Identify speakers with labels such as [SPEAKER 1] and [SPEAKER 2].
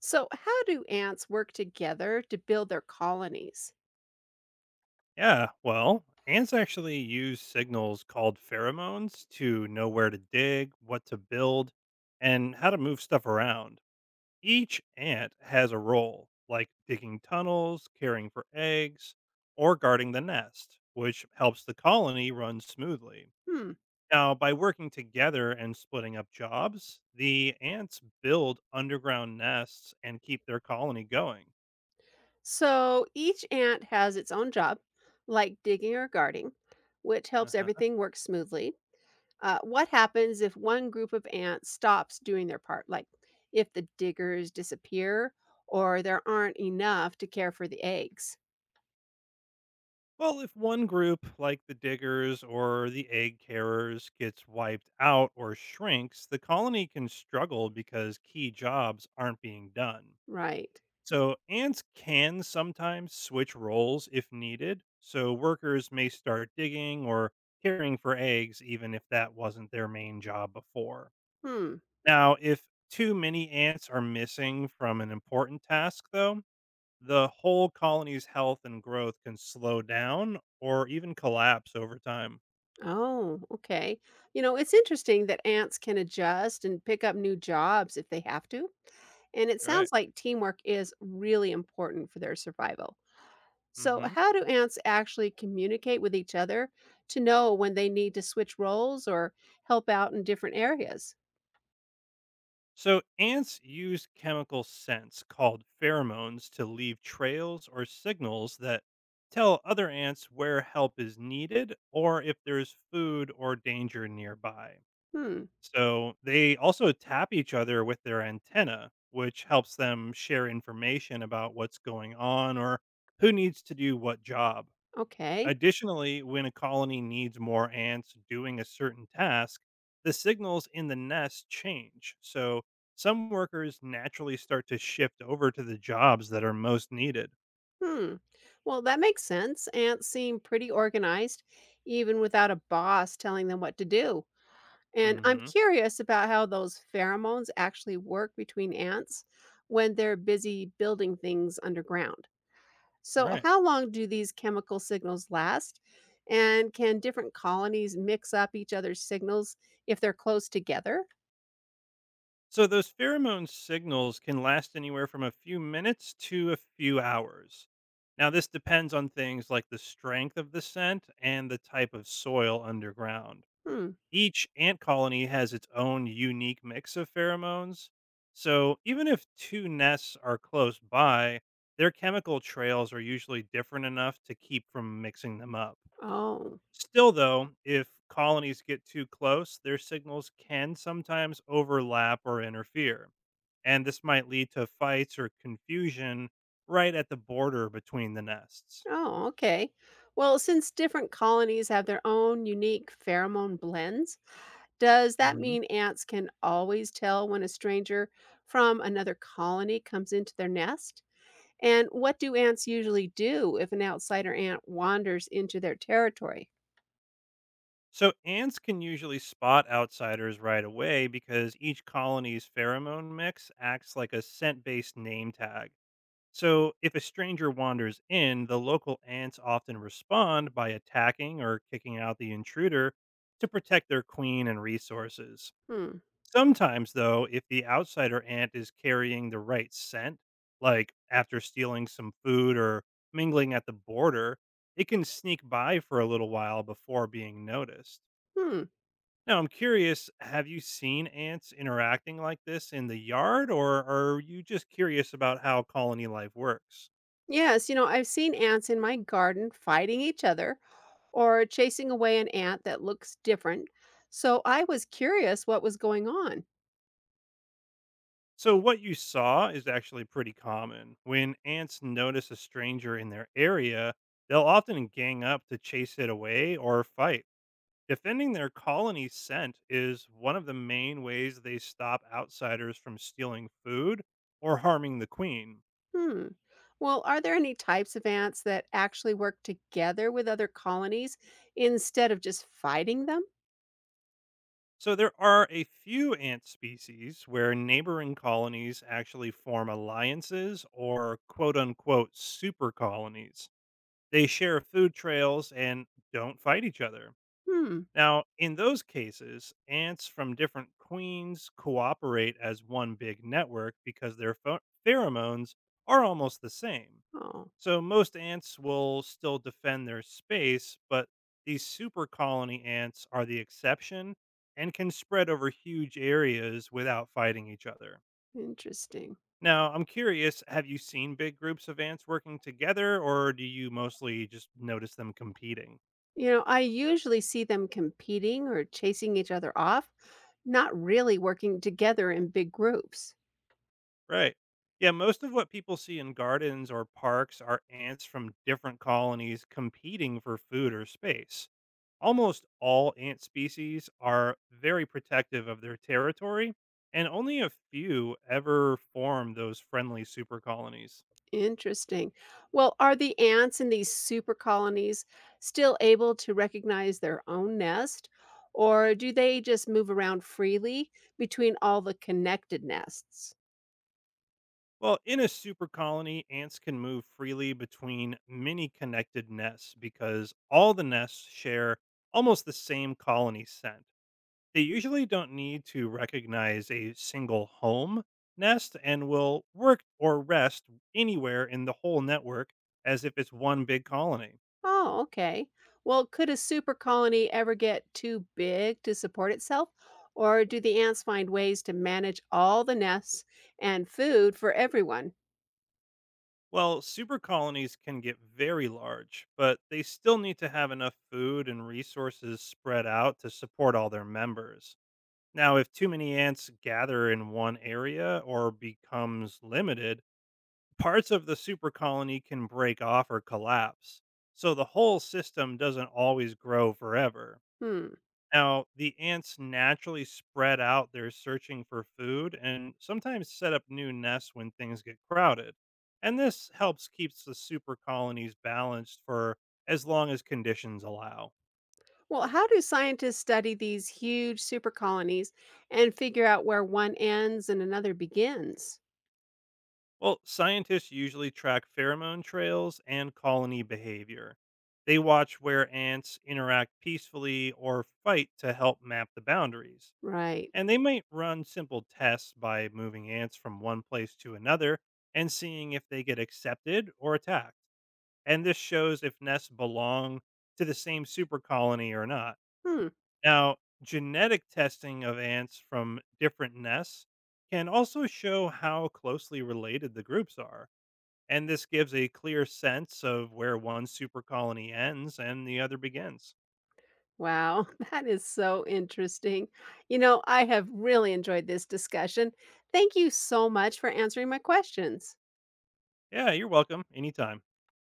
[SPEAKER 1] So, how do ants work together to build their colonies?
[SPEAKER 2] Yeah, well, ants actually use signals called pheromones to know where to dig, what to build, and how to move stuff around. Each ant has a role, like digging tunnels, caring for eggs, or guarding the nest, which helps the colony run smoothly.
[SPEAKER 1] Hmm.
[SPEAKER 2] Now, by working together and splitting up jobs, the ants build underground nests and keep their colony going.
[SPEAKER 1] So, each ant has its own job, like digging or guarding, which
[SPEAKER 2] Uh
[SPEAKER 1] helps
[SPEAKER 2] huh.
[SPEAKER 1] everything work smoothly. What happens if one group of ants stops doing their part, like if the diggers disappear or there aren't enough to care for the eggs?
[SPEAKER 2] Well, if one group, like the diggers or the egg carriers, gets wiped out or shrinks, the colony can struggle because key jobs aren't being done.
[SPEAKER 1] Right.
[SPEAKER 2] So, ants can sometimes switch roles if needed. So, workers may start digging or caring for eggs, even if that wasn't their main job before.
[SPEAKER 1] Hmm.
[SPEAKER 2] Now, if too many ants are missing from an important task, though, the whole colony's health and growth can slow down or even collapse over time.
[SPEAKER 1] Oh, okay. You know, it's interesting that ants can adjust and pick up new jobs if they have to. And it sounds
[SPEAKER 2] Right.
[SPEAKER 1] like teamwork is really important for their survival. So,
[SPEAKER 2] Hmm.
[SPEAKER 1] how do ants actually communicate with each other to know when they need to switch roles or help out in different areas?
[SPEAKER 2] So ants use chemical scents called pheromones to leave trails or signals that tell other ants where help is needed or if there's food or danger nearby.
[SPEAKER 1] Hmm,
[SPEAKER 2] So they also tap each other with their antenna, which helps them share information about what's going on or who needs to do what job.
[SPEAKER 1] okay.
[SPEAKER 2] Additionally, when a colony needs more ants doing a certain task, the signals in the nest change. So some workers naturally start to shift over to the jobs that are most needed.
[SPEAKER 1] Hmm. Well, that makes sense. Ants seem pretty organized, even without a boss telling them what to do. And I'm
[SPEAKER 2] Hmm.
[SPEAKER 1] curious about how those pheromones actually work between ants when they're busy building things underground. So,
[SPEAKER 2] Right.
[SPEAKER 1] how long do these chemical signals last? And can different colonies mix up each other's signals if they're close together?
[SPEAKER 2] So those pheromone signals can last anywhere from a few minutes to a few hours. Now, this depends on things like the strength of the scent and the type of soil underground.
[SPEAKER 1] Hmm.
[SPEAKER 2] Each ant colony has its own unique mix of pheromones. So even if two nests are close by, their chemical trails are usually different enough to keep from mixing them up.
[SPEAKER 1] Oh,
[SPEAKER 2] Still, though, if colonies get too close, their signals can sometimes overlap or interfere. And this might lead to fights or confusion right at the border between the nests.
[SPEAKER 1] oh, okay. Well, since different colonies have their own unique pheromone blends, does that
[SPEAKER 2] Mhm.
[SPEAKER 1] mean ants can always tell when a stranger from another colony comes into their nest? And what do ants usually do if an outsider ant wanders into their territory?
[SPEAKER 2] So ants can usually spot outsiders right away because each colony's pheromone mix acts like a scent-based name tag. So if a stranger wanders in, the local ants often respond by attacking or kicking out the intruder to protect their queen and resources.
[SPEAKER 1] Hmm.
[SPEAKER 2] Sometimes though, if the outsider ant is carrying the right scent, like after stealing some food or mingling at the border, it can sneak by for a little while before being noticed.
[SPEAKER 1] Hmm.
[SPEAKER 2] Now, I'm curious, have you seen ants interacting like this in the yard, or are you just curious about how colony life works?
[SPEAKER 1] Yes, you know, I've seen ants in my garden fighting each other or chasing away an ant that looks different. So I was curious what was going on.
[SPEAKER 2] So, what you saw is actually pretty common. When ants notice a stranger in their area, they'll often gang up to chase it away or fight. Defending their colony scent is one of the main ways they stop outsiders from stealing food or harming the queen.
[SPEAKER 1] Hmm. Well, are there any types of ants that actually work together with other colonies instead of just fighting them?
[SPEAKER 2] So there are a few ant species where neighboring colonies actually form alliances or quote unquote super colonies. They share food trails and don't fight each other.
[SPEAKER 1] Hmm.
[SPEAKER 2] Now, in those cases, ants from different queens cooperate as one big network because their pheromones are almost the same.
[SPEAKER 1] Oh,
[SPEAKER 2] So most ants will still defend their space, but these super colony ants are the exception and can spread over huge areas without fighting each other.
[SPEAKER 1] interesting.
[SPEAKER 2] Now, I'm curious, have you seen big groups of ants working together or do you mostly just notice them competing?
[SPEAKER 1] You know, I usually see them competing or chasing each other off, not really working together in big groups.
[SPEAKER 2] Right. Yeah, most of what people see in gardens or parks are ants from different colonies competing for food or space. Almost all ant species are very protective of their territory, and only a few ever form those friendly super colonies.
[SPEAKER 1] Interesting. Well, are the ants in these super colonies still able to recognize their own nest, or do they just move around freely between all the connected nests?
[SPEAKER 2] Well, in a super colony, ants can move freely between many connected nests because all the nests share almost the same colony scent. They usually don't need to recognize a single home nest and will work or rest anywhere in the whole network as if it's one big colony.
[SPEAKER 1] Oh, okay. Well, could a super colony ever get too big to support itself, or do the ants find ways to manage all the nests and food for everyone?
[SPEAKER 2] Well, super colonies can get very large, but they still need to have enough food and resources spread out to support all their members. Now, if too many ants gather in one area or becomes limited, parts of the super colony can break off or collapse. So the whole system doesn't always grow forever.
[SPEAKER 1] Hmm.
[SPEAKER 2] Now, the ants naturally spread out their searching for food and sometimes set up new nests when things get crowded. And this helps keeps the super colonies balanced for as long as conditions allow.
[SPEAKER 1] Well, how do scientists study these huge super colonies and figure out where one ends and another begins?
[SPEAKER 2] Well, scientists usually track pheromone trails and colony behavior. They watch where ants interact peacefully or fight to help map the boundaries.
[SPEAKER 1] Right.
[SPEAKER 2] And they might run simple tests by moving ants from one place to another and seeing if they get accepted or attacked. And this shows if nests belong to the same super colony or not.
[SPEAKER 1] Hmm.
[SPEAKER 2] Now, genetic testing of ants from different nests can also show how closely related the groups are. And this gives a clear sense of where one super colony ends and the other begins.
[SPEAKER 1] Wow, that is so interesting. You know, I have really enjoyed this discussion. Thank you so much for answering my questions.
[SPEAKER 2] Yeah, you're welcome. Anytime.